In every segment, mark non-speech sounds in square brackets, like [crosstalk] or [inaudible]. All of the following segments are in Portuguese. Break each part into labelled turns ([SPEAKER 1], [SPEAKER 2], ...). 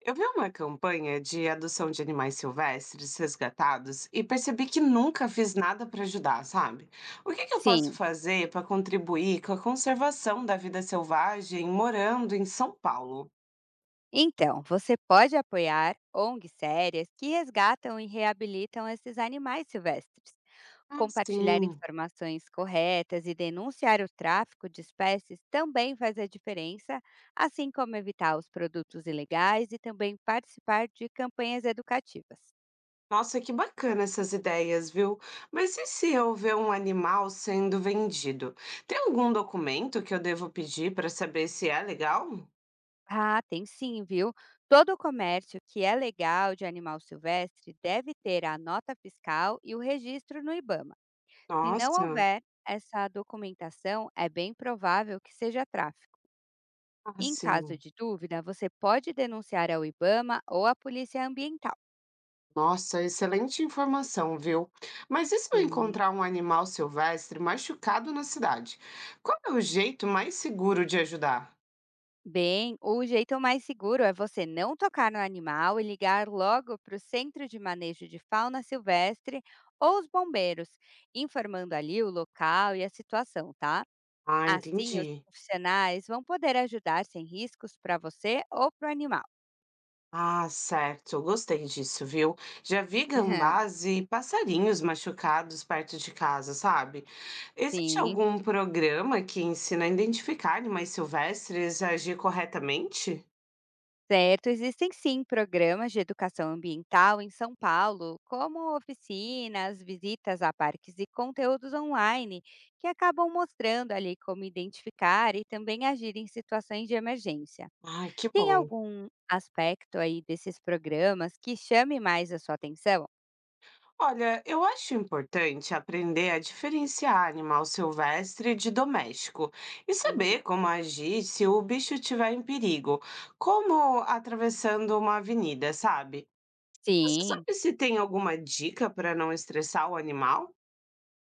[SPEAKER 1] Eu vi uma campanha de adoção de animais silvestres resgatados e percebi que nunca fiz nada para ajudar, sabe? O que eu posso
[SPEAKER 2] Sim.
[SPEAKER 1] fazer para contribuir com a conservação da vida selvagem morando em São Paulo?
[SPEAKER 2] Então, você pode apoiar ONGs sérias que resgatam e reabilitam esses animais silvestres,
[SPEAKER 1] Ah,
[SPEAKER 2] compartilhar
[SPEAKER 1] sim.
[SPEAKER 2] informações corretas e denunciar o tráfico de espécies também faz a diferença, assim como evitar os produtos ilegais e também participar de campanhas educativas.
[SPEAKER 1] Nossa, que bacana essas ideias, viu? Mas e se eu ver um animal sendo vendido? Tem algum documento que eu devo pedir para saber se é legal?
[SPEAKER 2] Ah, tem sim, viu? Todo o comércio que é legal de animal silvestre deve ter a nota fiscal e o registro no IBAMA. Se não
[SPEAKER 1] Nossa,
[SPEAKER 2] houver essa documentação, é bem provável que seja tráfico. Em caso
[SPEAKER 1] assim.
[SPEAKER 2] de dúvida, você pode denunciar ao IBAMA ou à Polícia Ambiental.
[SPEAKER 1] Nossa, excelente informação, viu? Mas e se eu
[SPEAKER 2] Sim.
[SPEAKER 1] encontrar um animal silvestre machucado na cidade? Qual é o jeito mais seguro de ajudar?
[SPEAKER 2] Bem, o jeito mais seguro é você não tocar no animal e ligar logo para o Centro de Manejo de Fauna Silvestre ou os bombeiros, informando ali o local e a situação, tá?
[SPEAKER 1] Ah,
[SPEAKER 2] Assim, os
[SPEAKER 1] entendi.
[SPEAKER 2] profissionais vão poder ajudar sem riscos para você ou para o animal.
[SPEAKER 1] Ah, certo, gostei disso, viu? Já vi
[SPEAKER 2] [laughs]
[SPEAKER 1] gambás e passarinhos machucados perto de casa, sabe? Existe
[SPEAKER 2] Sim.
[SPEAKER 1] algum programa que ensina a identificar animais silvestres e agir corretamente?
[SPEAKER 2] Certo, existem sim programas de educação ambiental em São Paulo, como oficinas, visitas a parques e conteúdos online, que acabam mostrando ali como identificar e também agir em situações de emergência.
[SPEAKER 1] Ai, que
[SPEAKER 2] Tem
[SPEAKER 1] bom.
[SPEAKER 2] algum aspecto aí desses programas que chame mais a sua atenção?
[SPEAKER 1] Olha, eu acho importante aprender a diferenciar animal silvestre de doméstico e
[SPEAKER 2] Uhum.
[SPEAKER 1] saber como agir se o bicho estiver em perigo, como atravessando uma avenida, sabe? Você
[SPEAKER 2] Sim.
[SPEAKER 1] sabe se tem alguma dica para não estressar o animal?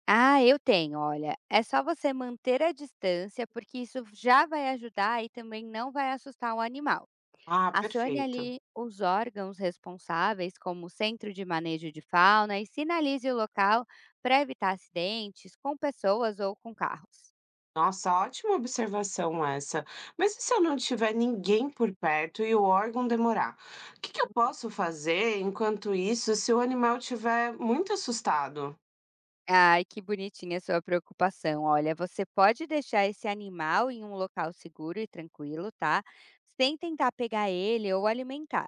[SPEAKER 2] Ah, eu tenho, olha. É só você manter a distância, porque isso já vai ajudar e também não vai assustar o animal.
[SPEAKER 1] Ah,
[SPEAKER 2] Acione
[SPEAKER 1] perfeito.
[SPEAKER 2] ali os órgãos responsáveis, como o Centro de Manejo de Fauna, e sinalize o local para evitar acidentes com pessoas ou com carros.
[SPEAKER 1] Nossa, ótima observação essa. Mas e se eu não tiver ninguém por perto e o órgão demorar? O que eu posso fazer enquanto isso se o animal estiver muito assustado?
[SPEAKER 2] Ai, que bonitinha a sua preocupação. Olha, você pode deixar esse animal em um local seguro e tranquilo, tá? Sem tentar pegar ele ou alimentar.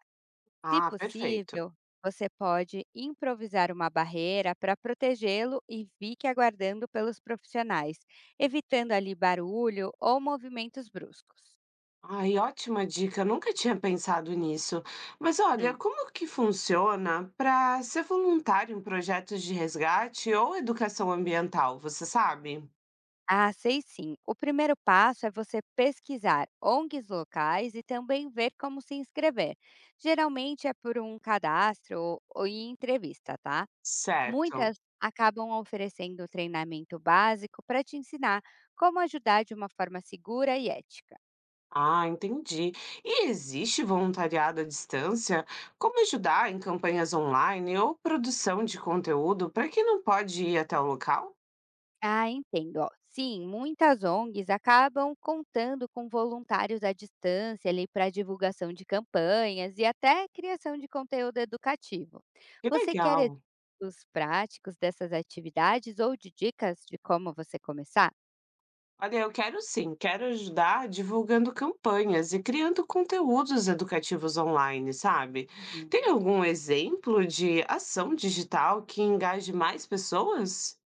[SPEAKER 2] Se
[SPEAKER 1] Ah, perfeito.
[SPEAKER 2] possível, você pode improvisar uma barreira para protegê-lo e fique aguardando pelos profissionais, evitando ali barulho ou movimentos bruscos.
[SPEAKER 1] Ai, ótima dica, nunca tinha pensado nisso. Mas olha,
[SPEAKER 2] Hum,
[SPEAKER 1] como que funciona para ser voluntário em projetos de resgate ou educação ambiental, você sabe?
[SPEAKER 2] Ah, sei sim. O primeiro passo é você pesquisar ONGs locais e também ver como se inscrever. Geralmente é por um cadastro ou em entrevista, tá?
[SPEAKER 1] Certo.
[SPEAKER 2] Muitas acabam oferecendo treinamento básico para te ensinar como ajudar de uma forma segura e ética.
[SPEAKER 1] Ah, entendi. E existe voluntariado à distância? Como ajudar em campanhas online ou produção de conteúdo para quem não pode ir até o local?
[SPEAKER 2] Ah, entendo. Ó. Sim, muitas ONGs acabam contando com voluntários à distância ali para divulgação de campanhas e até criação de conteúdo educativo.
[SPEAKER 1] Que
[SPEAKER 2] Você quer
[SPEAKER 1] legal.
[SPEAKER 2] exemplos práticos dessas atividades ou de dicas de como você começar?
[SPEAKER 1] Olha, eu quero sim, quero ajudar divulgando campanhas e criando conteúdos educativos online, sabe?
[SPEAKER 2] Uhum.
[SPEAKER 1] Tem algum exemplo de ação digital que engaje mais pessoas?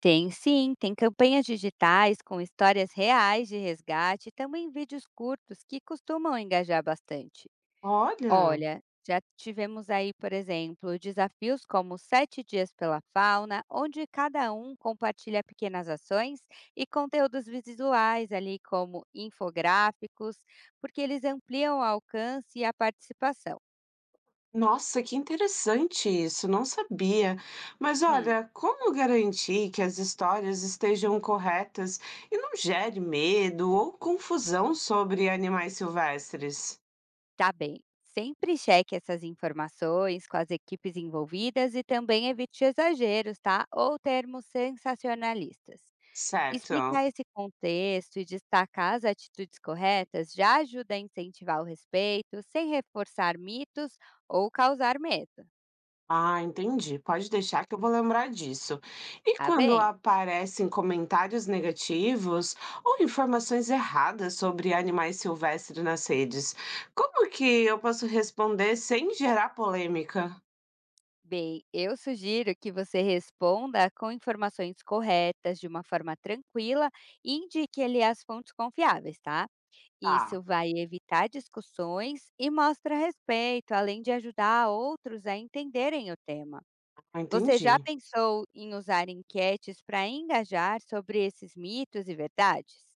[SPEAKER 2] Tem sim, tem campanhas digitais com histórias reais de resgate e também vídeos curtos que costumam engajar bastante.
[SPEAKER 1] Olha,
[SPEAKER 2] Olha, já tivemos aí, por exemplo, desafios como Sete Dias pela Fauna, onde cada um compartilha pequenas ações e conteúdos visuais ali, como infográficos, porque eles ampliam o alcance e a participação.
[SPEAKER 1] nossa, que interessante isso, não sabia. Mas olha, como garantir que as histórias estejam corretas e não gere medo ou confusão sobre animais silvestres?
[SPEAKER 2] Tá bem. Sempre cheque essas informações com as equipes envolvidas e também evite exageros, tá? Ou termos sensacionalistas.
[SPEAKER 1] Certo.
[SPEAKER 2] Explicar esse contexto e destacar as atitudes corretas já ajuda a incentivar o respeito, sem reforçar mitos ou causar medo,
[SPEAKER 1] Ah, entendi. Pode deixar que eu vou lembrar disso. E
[SPEAKER 2] tá
[SPEAKER 1] quando
[SPEAKER 2] bem?
[SPEAKER 1] aparecem comentários negativos ou informações erradas sobre animais silvestres nas redes, como que eu posso responder sem gerar polêmica?
[SPEAKER 2] Bem, eu sugiro que você responda com informações corretas, de uma forma tranquila, e indique ali as fontes confiáveis, tá? Isso
[SPEAKER 1] Tá,
[SPEAKER 2] vai evitar discussões e mostra respeito, além de ajudar outros a entenderem o tema. Você já
[SPEAKER 1] entendi.
[SPEAKER 2] pensou em usar enquetes para engajar sobre esses mitos e verdades?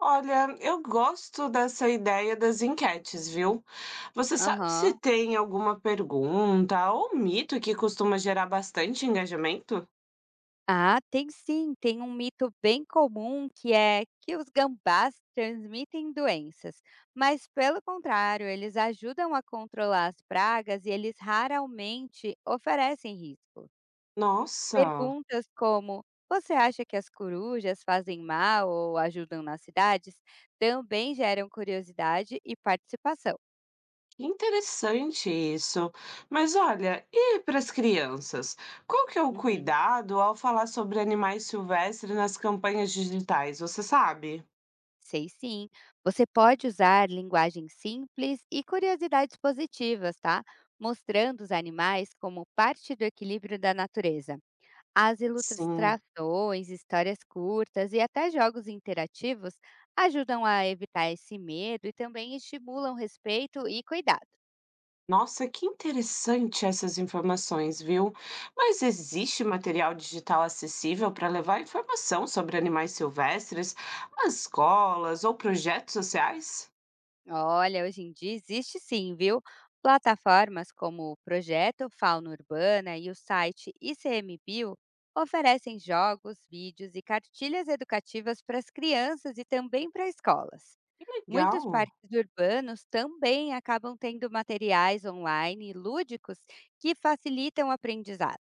[SPEAKER 1] Olha, eu gosto dessa ideia das enquetes, viu? Você sabe se
[SPEAKER 2] Aham.
[SPEAKER 1] tem alguma pergunta ou mito que costuma gerar bastante engajamento?
[SPEAKER 2] Ah, tem sim. Tem um mito bem comum que é que os gambás transmitem doenças, mas pelo contrário, eles ajudam a controlar as pragas e eles raramente oferecem risco.
[SPEAKER 1] Nossa!
[SPEAKER 2] Perguntas como: "Você acha que as corujas fazem mal ou ajudam nas cidades?", também geram curiosidade e participação.
[SPEAKER 1] Interessante isso. Mas olha, e para as crianças? Qual que é o
[SPEAKER 2] "Uhum,
[SPEAKER 1] cuidado ao falar sobre animais silvestres nas campanhas digitais? Você sabe?
[SPEAKER 2] sei sim". Você pode usar linguagem simples e curiosidades positivas, tá? Mostrando os animais como parte do equilíbrio da natureza. As
[SPEAKER 1] Sim.
[SPEAKER 2] ilustrações, histórias curtas e até jogos interativos ajudam a evitar esse medo e também estimulam respeito e cuidado.
[SPEAKER 1] Nossa, que interessante essas informações, viu? Mas existe material digital acessível para levar informação sobre animais silvestres às escolas ou projetos sociais?
[SPEAKER 2] Olha, hoje em dia existe sim, viu? Plataformas como o Projeto Fauna Urbana e o site ICMBio oferecem jogos, vídeos e cartilhas educativas para as crianças e também para escolas. Muitos
[SPEAKER 1] Legal.
[SPEAKER 2] parques urbanos também acabam tendo materiais online e lúdicos que facilitam o aprendizado.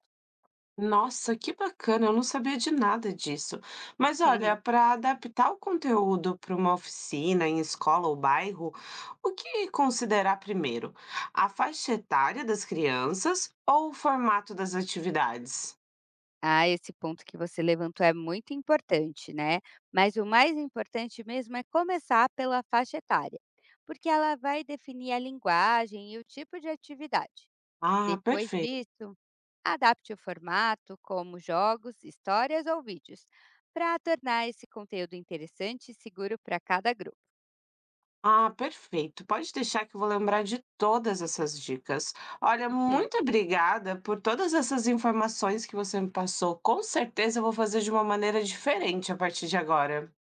[SPEAKER 1] Nossa, que bacana, eu não sabia de nada disso. Mas olha,
[SPEAKER 2] [laughs]
[SPEAKER 1] para adaptar o conteúdo para uma oficina, em escola ou bairro, o que considerar primeiro? A faixa etária das crianças ou o formato das atividades?
[SPEAKER 2] Ah, esse ponto que você levantou é muito importante, né? Mas o mais importante mesmo é começar pela faixa etária, porque ela vai definir a linguagem e o tipo de atividade.
[SPEAKER 1] Ah,
[SPEAKER 2] Depois
[SPEAKER 1] perfeito.
[SPEAKER 2] disso, adapte o formato, como jogos, histórias ou vídeos, para tornar esse conteúdo interessante e seguro para cada grupo.
[SPEAKER 1] Ah, perfeito. Pode deixar que eu vou lembrar de todas essas dicas. Olha, muito
[SPEAKER 2] [laughs]
[SPEAKER 1] obrigada por todas essas informações que você me passou. Com certeza eu vou fazer de uma maneira diferente a partir de agora.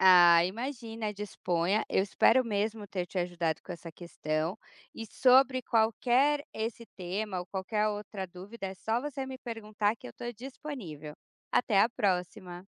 [SPEAKER 2] Ah, imagina, disponha. Eu espero mesmo ter te ajudado com essa questão. E sobre qualquer esse tema ou qualquer outra dúvida, é só você me perguntar que eu estou disponível. Até a próxima!